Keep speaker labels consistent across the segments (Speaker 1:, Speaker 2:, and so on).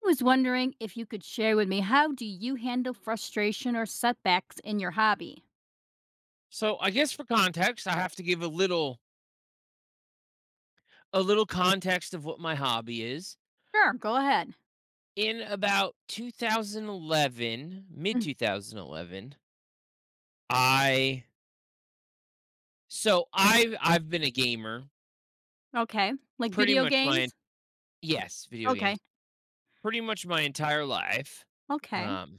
Speaker 1: Was wondering if you could share with me, how do you handle frustration or setbacks in your hobby?
Speaker 2: So I guess for context, I have to give a little context of what my hobby is.
Speaker 1: Sure, go ahead.
Speaker 2: In about 2011, mid
Speaker 1: Mm.
Speaker 2: 2011, I so I I've been a gamer
Speaker 1: Okay. Like
Speaker 2: pretty
Speaker 1: video
Speaker 2: much my
Speaker 1: games?
Speaker 2: yes, video
Speaker 1: Okay.
Speaker 2: games. Pretty much my entire life.
Speaker 1: Okay.
Speaker 2: Um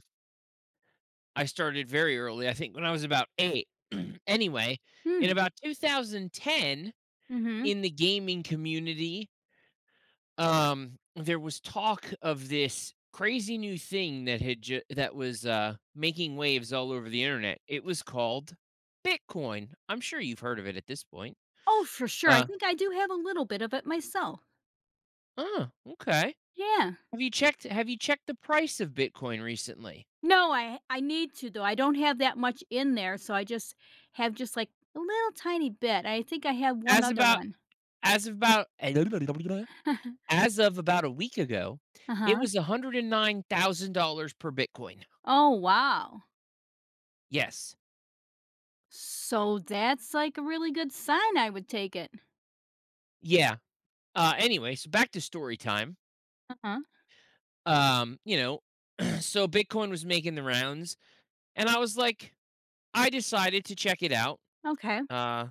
Speaker 2: I started very early, I think when I was about 8. Anyway, in
Speaker 1: Hmm.
Speaker 2: about 2010
Speaker 1: Mhm.
Speaker 2: in the gaming community, there was talk of this crazy new thing that that was making waves all over the internet. It was called Bitcoin. I'm sure you've heard of it at this point.
Speaker 1: Oh, for sure. I
Speaker 2: uh
Speaker 1: think I do have a little bit of it myself.
Speaker 2: oh, okay.
Speaker 1: Yeah.
Speaker 2: Have you checked the price of Bitcoin recently?
Speaker 1: No, I need to though. I don't have that much in there, so I just have just like a little tiny bit. I think I have one
Speaker 2: as
Speaker 1: other
Speaker 2: about
Speaker 1: one.
Speaker 2: as of about As of about a week ago it
Speaker 1: Uh-huh.
Speaker 2: was $109,000 per Bitcoin.
Speaker 1: Oh, wow.
Speaker 2: Yes.
Speaker 1: So that's like a really good sign, I would take it.
Speaker 2: Yeah. Anyway, so back to story time.
Speaker 1: Uh-huh.
Speaker 2: um you know so Bitcoin was making the rounds, and I was like, I decided to check it out.
Speaker 1: Okay.
Speaker 2: Uh,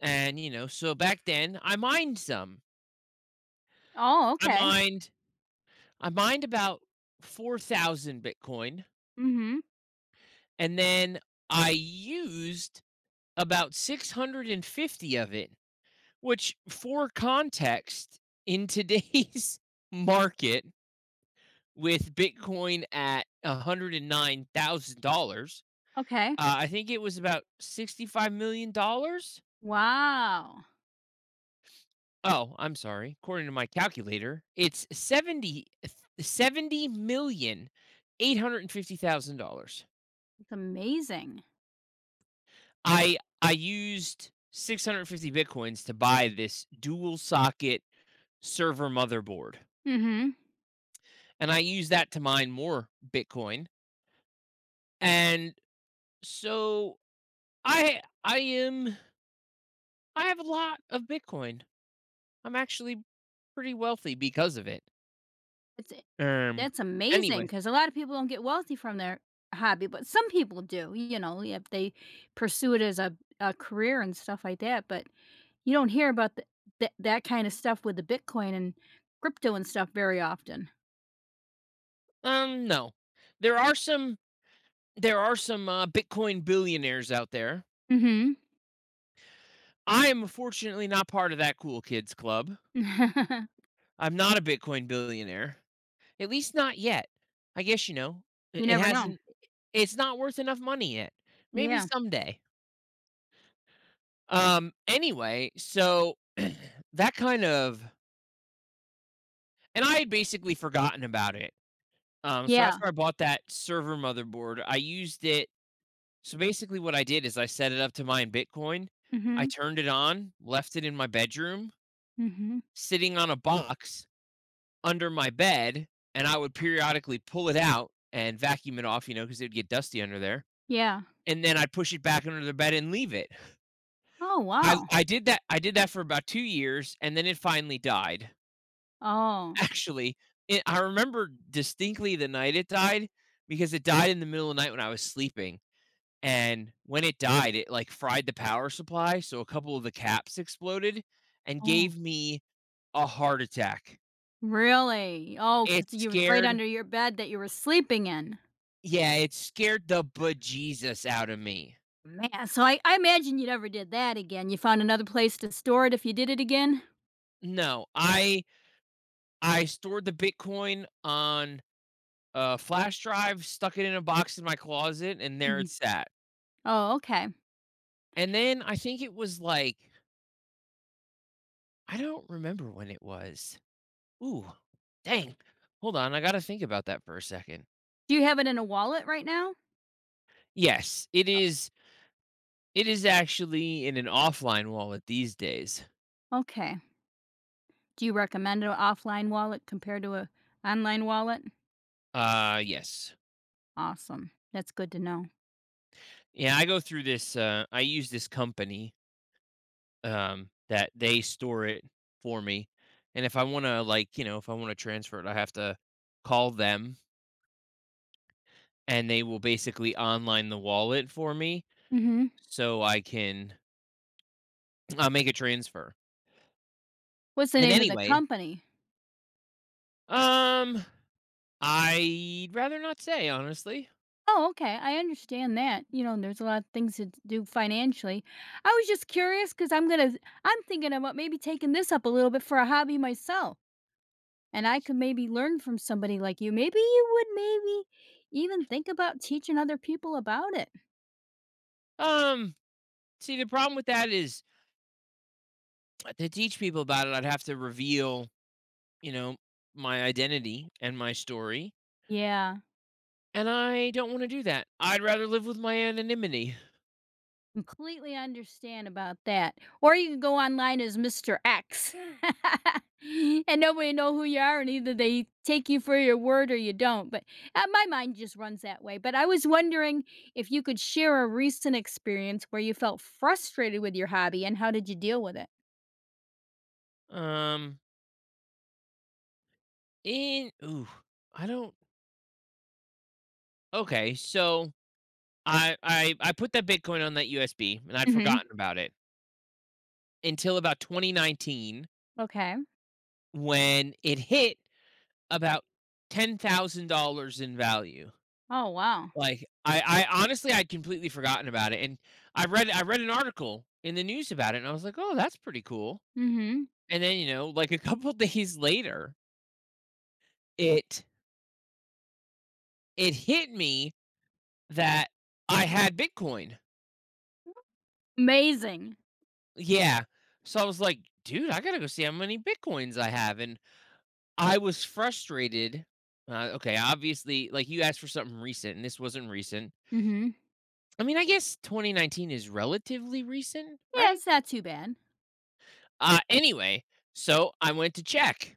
Speaker 2: and so back then I mined some.
Speaker 1: Oh,
Speaker 2: I
Speaker 1: okay.
Speaker 2: mined, I mined about 4,000 Bitcoin,
Speaker 1: Mhm.
Speaker 2: and then I used about 650 of it. Which, for context, in today's market with Bitcoin at $109,000,
Speaker 1: Okay.
Speaker 2: I think it was about $65 million.
Speaker 1: Wow.
Speaker 2: Oh, I'm sorry. According to my calculator, it's seventy million eight hundred and fifty thousand dollars.
Speaker 1: It's amazing.
Speaker 2: I used 650 Bitcoins to buy this dual socket server motherboard,
Speaker 1: Mhm.
Speaker 2: and I use that to mine more Bitcoin. And so I I am I have a lot of Bitcoin. I'm actually pretty wealthy because of it.
Speaker 1: It's eh,
Speaker 2: Um
Speaker 1: that's amazing
Speaker 2: anyway.
Speaker 1: because a lot of people don't get wealthy from their hobby, but some people do, you know, if they pursue it as a career and stuff like that, but you don't hear about the that that kind of stuff with the Bitcoin and crypto and stuff very often.
Speaker 2: No. There are some There are some Bitcoin billionaires out there.
Speaker 1: Mhm.
Speaker 2: I am fortunately not part of that cool kids club. I'm not a Bitcoin billionaire, at least not yet. I guess, it
Speaker 1: You
Speaker 2: it
Speaker 1: never know.
Speaker 2: hasn't. It's not worth enough money yet. Maybe
Speaker 1: Yeah.
Speaker 2: someday. Anyway, so that kind of and I had basically forgotten about it. So
Speaker 1: Yeah.
Speaker 2: after I bought that server motherboard, I used it. So basically, what I did is I set it up to mine Bitcoin. I
Speaker 1: Mhm.
Speaker 2: turned it on, left it in my bedroom,
Speaker 1: Mhm.
Speaker 2: sitting on a box under my bed, and I would periodically pull it out and vacuum it off, because it would get dusty under there.
Speaker 1: Yeah.
Speaker 2: And then I'd push it back under the bed and leave it.
Speaker 1: Oh, wow.
Speaker 2: I did that for about 2 years, and then it finally died.
Speaker 1: Oh.
Speaker 2: Actually, I remember distinctly the night it died because it died in the middle of the night when I was sleeping. And when it died, it like fried the power supply, so a couple of the caps exploded, and
Speaker 1: Oh.
Speaker 2: gave me a heart attack.
Speaker 1: Really? Oh,
Speaker 2: It
Speaker 1: 'cause you was right
Speaker 2: scared
Speaker 1: under your bed that you were sleeping in.
Speaker 2: Yeah, it scared the bejesus out of me.
Speaker 1: Man, so I imagine you never did that again. You found another place to store it if you did it again?
Speaker 2: No, I stored the Bitcoin on a flash drive, stuck it in a box in my closet, and there it
Speaker 1: Mhm.
Speaker 2: sat.
Speaker 1: Oh, okay.
Speaker 2: And then I don't remember when it was. Ooh, dang. Hold on, I gotta think about that for a second.
Speaker 1: Do you have it in a wallet right now?
Speaker 2: Yes, it is actually in an offline wallet these days.
Speaker 1: Okay. Do you recommend an offline wallet compared to a online wallet?
Speaker 2: Yes.
Speaker 1: Awesome. That's good to know.
Speaker 2: Yeah, I go through this I use this company that they store it for me. And if I want to, like, you know, if I want to transfer it, I have to call them and they will basically online the wallet for me
Speaker 1: Mhm.
Speaker 2: so I can make a transfer.
Speaker 1: What's the
Speaker 2: And
Speaker 1: name of the
Speaker 2: anyway,
Speaker 1: company?
Speaker 2: um, I'd rather not say, honestly.
Speaker 1: Oh, okay. I understand that. You know, there's a lot of things to do financially. I was just curious because I'm thinking about maybe taking this up a little bit for a hobby myself. And I could maybe learn from somebody like you. Maybe you would maybe even think about teaching other people about it.
Speaker 2: Um, See, the problem with that is to teach people about it, I'd have to reveal, you know, my identity and my story.
Speaker 1: Yeah.
Speaker 2: And I don't want to do that. I'd rather live with my anonymity.
Speaker 1: Completely understand about that. Or you can go online as Mr. X. And nobody know who you are and either they take you for your word or you don't. But my mind just runs that way. But I was wondering if you could share a recent experience where you felt frustrated with your hobby, and how did you deal with it?
Speaker 2: Um, In ooh, I don't okay, so I put that Bitcoin on that USB and I'd forgotten
Speaker 1: Mhm.
Speaker 2: about it until about 2019
Speaker 1: Okay.
Speaker 2: when it hit about $10,000 in value.
Speaker 1: Oh, wow.
Speaker 2: Like, I honestly, I'd completely forgotten about it, and I read an article in the news about it, and I was like, "Oh, that's pretty cool."
Speaker 1: Mhm.
Speaker 2: And then, like a couple days later, it it hit me that I had Bitcoin.
Speaker 1: Amazing.
Speaker 2: Yeah. So I was like, dude, I gotta go see how many Bitcoins I have. And I was frustrated. Okay, obviously, like you asked for something recent, and this wasn't recent.
Speaker 1: Mhm.
Speaker 2: I mean, I guess 2019 is relatively recent,
Speaker 1: Yeah,
Speaker 2: right?
Speaker 1: it's not too bad.
Speaker 2: Anyway, so I went to check.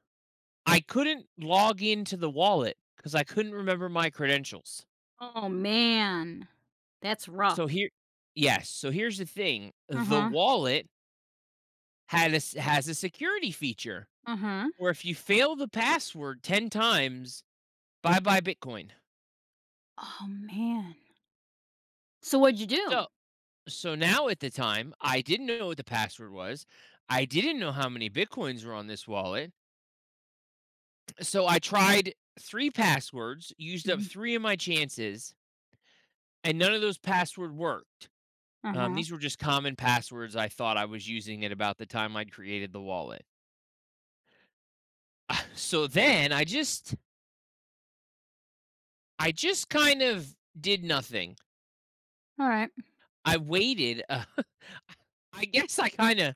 Speaker 2: I couldn't log into the wallet because I couldn't remember my credentials.
Speaker 1: Oh man. That's rough.
Speaker 2: So here, yes. So here's the thing: the
Speaker 1: Uh-huh.
Speaker 2: wallet has a security feature
Speaker 1: Uh-huh.
Speaker 2: where if you fail the password 10 times, bye bye Bitcoin.
Speaker 1: Oh man. So what'd you do?
Speaker 2: So so now at the time, I didn't know what the password was. I didn't know how many Bitcoins were on this wallet. So I tried 3 passwords, used up
Speaker 1: Mhm.
Speaker 2: 3 of my chances, and none of those password worked.
Speaker 1: Uh-huh.
Speaker 2: These were just common passwords I thought I was using at about the time I'd created the wallet. So then I just kind of did nothing.
Speaker 1: Alright.
Speaker 2: I waited. I guess I kind of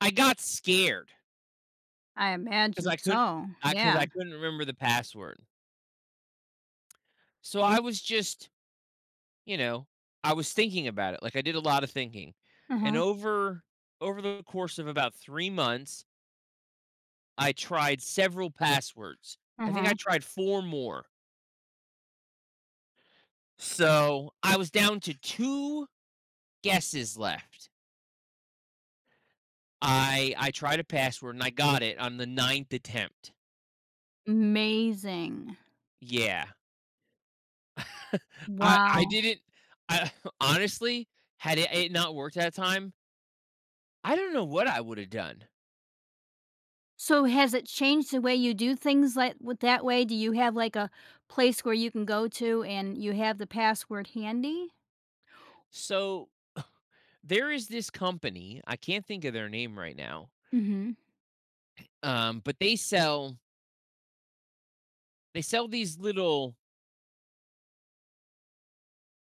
Speaker 2: I got scared.
Speaker 1: I
Speaker 2: 'Cause
Speaker 1: imagine
Speaker 2: I could
Speaker 1: so.
Speaker 2: not because I 'cause
Speaker 1: Yeah.
Speaker 2: I couldn't remember the password. So I was just, you know, I was thinking about it, like, I did a lot of thinking, and
Speaker 1: Uh-huh.
Speaker 2: over the course of about 3 months, I tried several passwords. I think I
Speaker 1: Uh-huh.
Speaker 2: tried 4 more. So, I was down to 2 guesses left. I tried a password, and I got it on the ninth attempt.
Speaker 1: Amazing.
Speaker 2: Yeah. I
Speaker 1: Wow.
Speaker 2: didn't I honestly, had it not worked that time, I don't know what I would have done.
Speaker 1: So has it changed the way you do things like with that way? Do you have, like, a place where you can go to and you have the password handy?
Speaker 2: So there is this company, I can't think of their name right now.
Speaker 1: Mhm.
Speaker 2: But they sell these little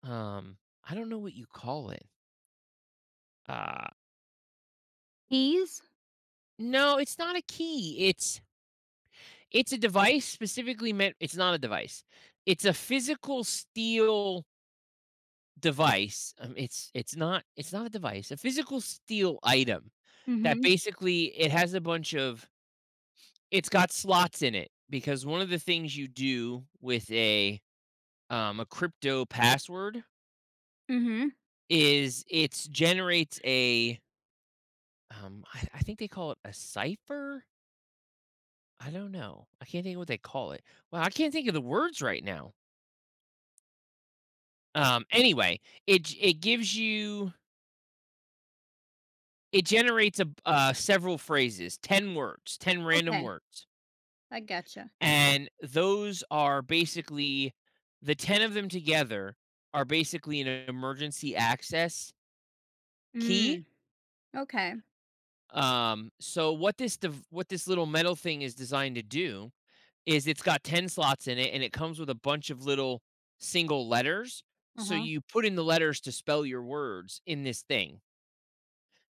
Speaker 2: um I don't know what you call it. Uh
Speaker 1: Keys?
Speaker 2: no, it's not a key. It's a device specifically meant. It's not a device. It's a physical steel device. It's not a device. A physical steel item that
Speaker 1: Mhm.
Speaker 2: basically it has a bunch of. It's got slots in it because one of the things you do with a crypto password
Speaker 1: Mhm.
Speaker 2: is it generates a, I think they call it a cipher. I don't know. I can't think of what they call it. Well, I can't think of the words right now. Anyway, it gives you it generates a several phrases, ten words, ten random
Speaker 1: Okay.
Speaker 2: words,
Speaker 1: I gotcha.
Speaker 2: and those are basically the 10 of them together are basically an emergency access key.
Speaker 1: Mm. Okay.
Speaker 2: So what this little metal thing is designed to do is it's got 10 slots in it, and it comes with a bunch of little single letters, so
Speaker 1: Uh-huh.
Speaker 2: you put in the letters to spell your words in this thing,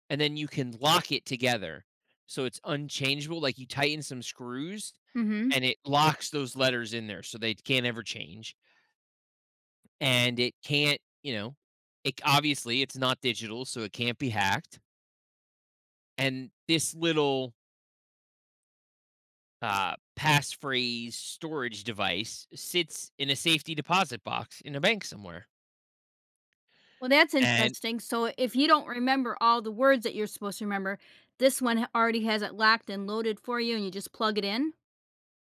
Speaker 2: and then you can lock it together so it's unchangeable, like you tighten some screws
Speaker 1: Mhm.
Speaker 2: and it locks those letters in there so they can't ever change, and it can't, it obviously it's not digital, so it can't be hacked. And this little passphrase storage device sits in a safety deposit box in a bank somewhere.
Speaker 1: Well, that's
Speaker 2: And
Speaker 1: interesting. So if you don't remember all the words that you're supposed to remember, this one ha already has it locked and loaded for you, and you just plug it in?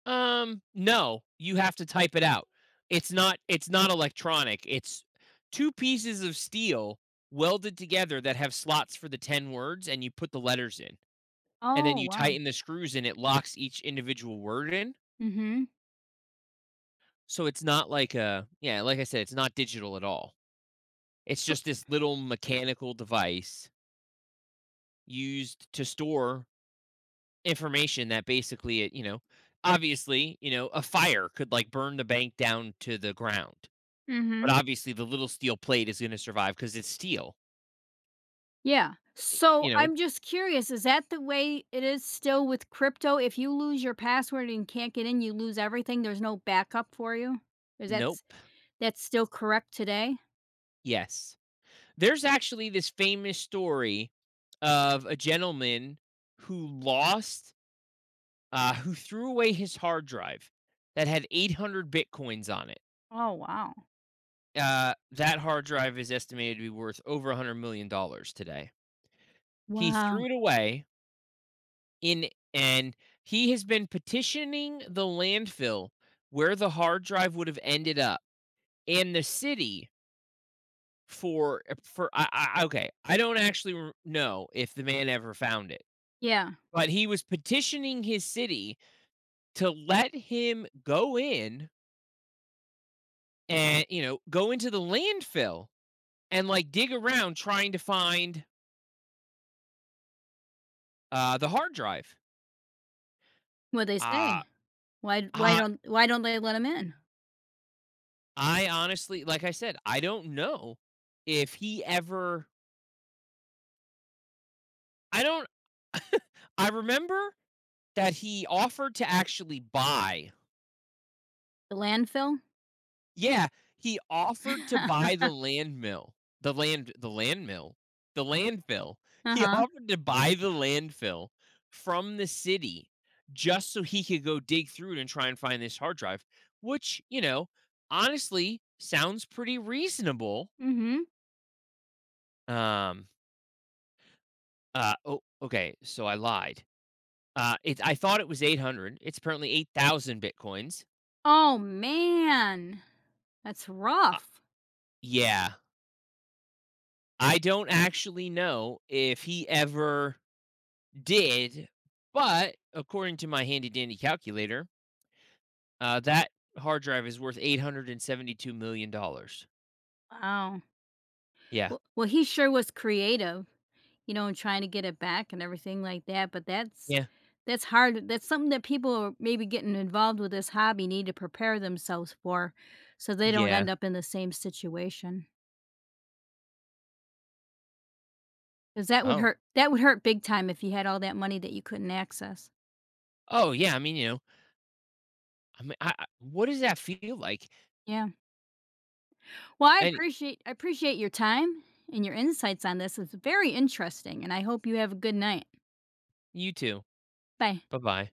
Speaker 2: no, you have to type it out. It's not. It's not electronic. It's two pieces of steel welded together that have slots for the 10 words, and you put the letters in, and then
Speaker 1: Oh,
Speaker 2: you
Speaker 1: wow.
Speaker 2: tighten the screws and it locks each individual word in.
Speaker 1: Mhm.
Speaker 2: So it's not like a yeah, like I said, it's not digital at all. It's just this little mechanical device used to store information that basically obviously, a fire could like burn the bank down to the ground. But
Speaker 1: Mhm.
Speaker 2: obviously the little steel plate is going to survive because it's steel.
Speaker 1: Yeah. So
Speaker 2: You know,
Speaker 1: I'm just curious, is that the way it is still with crypto? If you lose your password and can't get in, you lose everything, there's no backup for you? Is that's
Speaker 2: nope.
Speaker 1: that's still correct today?
Speaker 2: Yes. There's actually this famous story of a gentleman who lost who threw away his hard drive that had 800 bitcoins on it.
Speaker 1: Oh, wow.
Speaker 2: That hard drive is estimated to be worth over $100 million dollars today. He threw
Speaker 1: Wow.
Speaker 2: it away. In and He has been petitioning the landfill where the hard drive would have ended up and the city for, for I okay, I don't actually know if the man ever found it,
Speaker 1: Yeah.
Speaker 2: but he was petitioning his city to let him go in and go into the landfill and like dig around trying to find, the hard drive.
Speaker 1: What they
Speaker 2: Uh,
Speaker 1: say? Why why
Speaker 2: uh,
Speaker 1: don't why don't they let them in?
Speaker 2: I honestly, like I said, I don't know if he ever I don't I remember that he offered to actually buy—
Speaker 1: The landfill?
Speaker 2: Yeah, he offered to buy the land mill. The land mill? The landfill. He
Speaker 1: Uh-huh.
Speaker 2: offered to buy the landfill from the city just so he could go dig through it and try and find this hard drive, which, you know, honestly sounds pretty reasonable.
Speaker 1: Mhm.
Speaker 2: Um oh, okay, so I lied. It I thought it was 800. It's apparently 8,000 bitcoins.
Speaker 1: Oh, man. That's
Speaker 2: Uh,
Speaker 1: rough.
Speaker 2: yeah, I don't actually know if he ever did, but according to my handy dandy calculator, that hard drive is worth $872 million.
Speaker 1: Wow.
Speaker 2: Yeah,
Speaker 1: Well, he sure was creative, you know, in trying to get it back and everything like that, but
Speaker 2: yeah,
Speaker 1: that's hard. That's something that people are maybe getting involved with this hobby need to prepare themselves for so they don't
Speaker 2: yeah.
Speaker 1: end up in the same situation. Cause
Speaker 2: Oh,
Speaker 1: that would hurt big time if you had all that money that you couldn't access.
Speaker 2: oh yeah. I mean, what does that feel like?
Speaker 1: Yeah. Well,
Speaker 2: And
Speaker 1: I appreciate your time and your insights on this. It's very interesting, and I hope you have a good night.
Speaker 2: You too.
Speaker 1: Bye.
Speaker 2: Bye bye.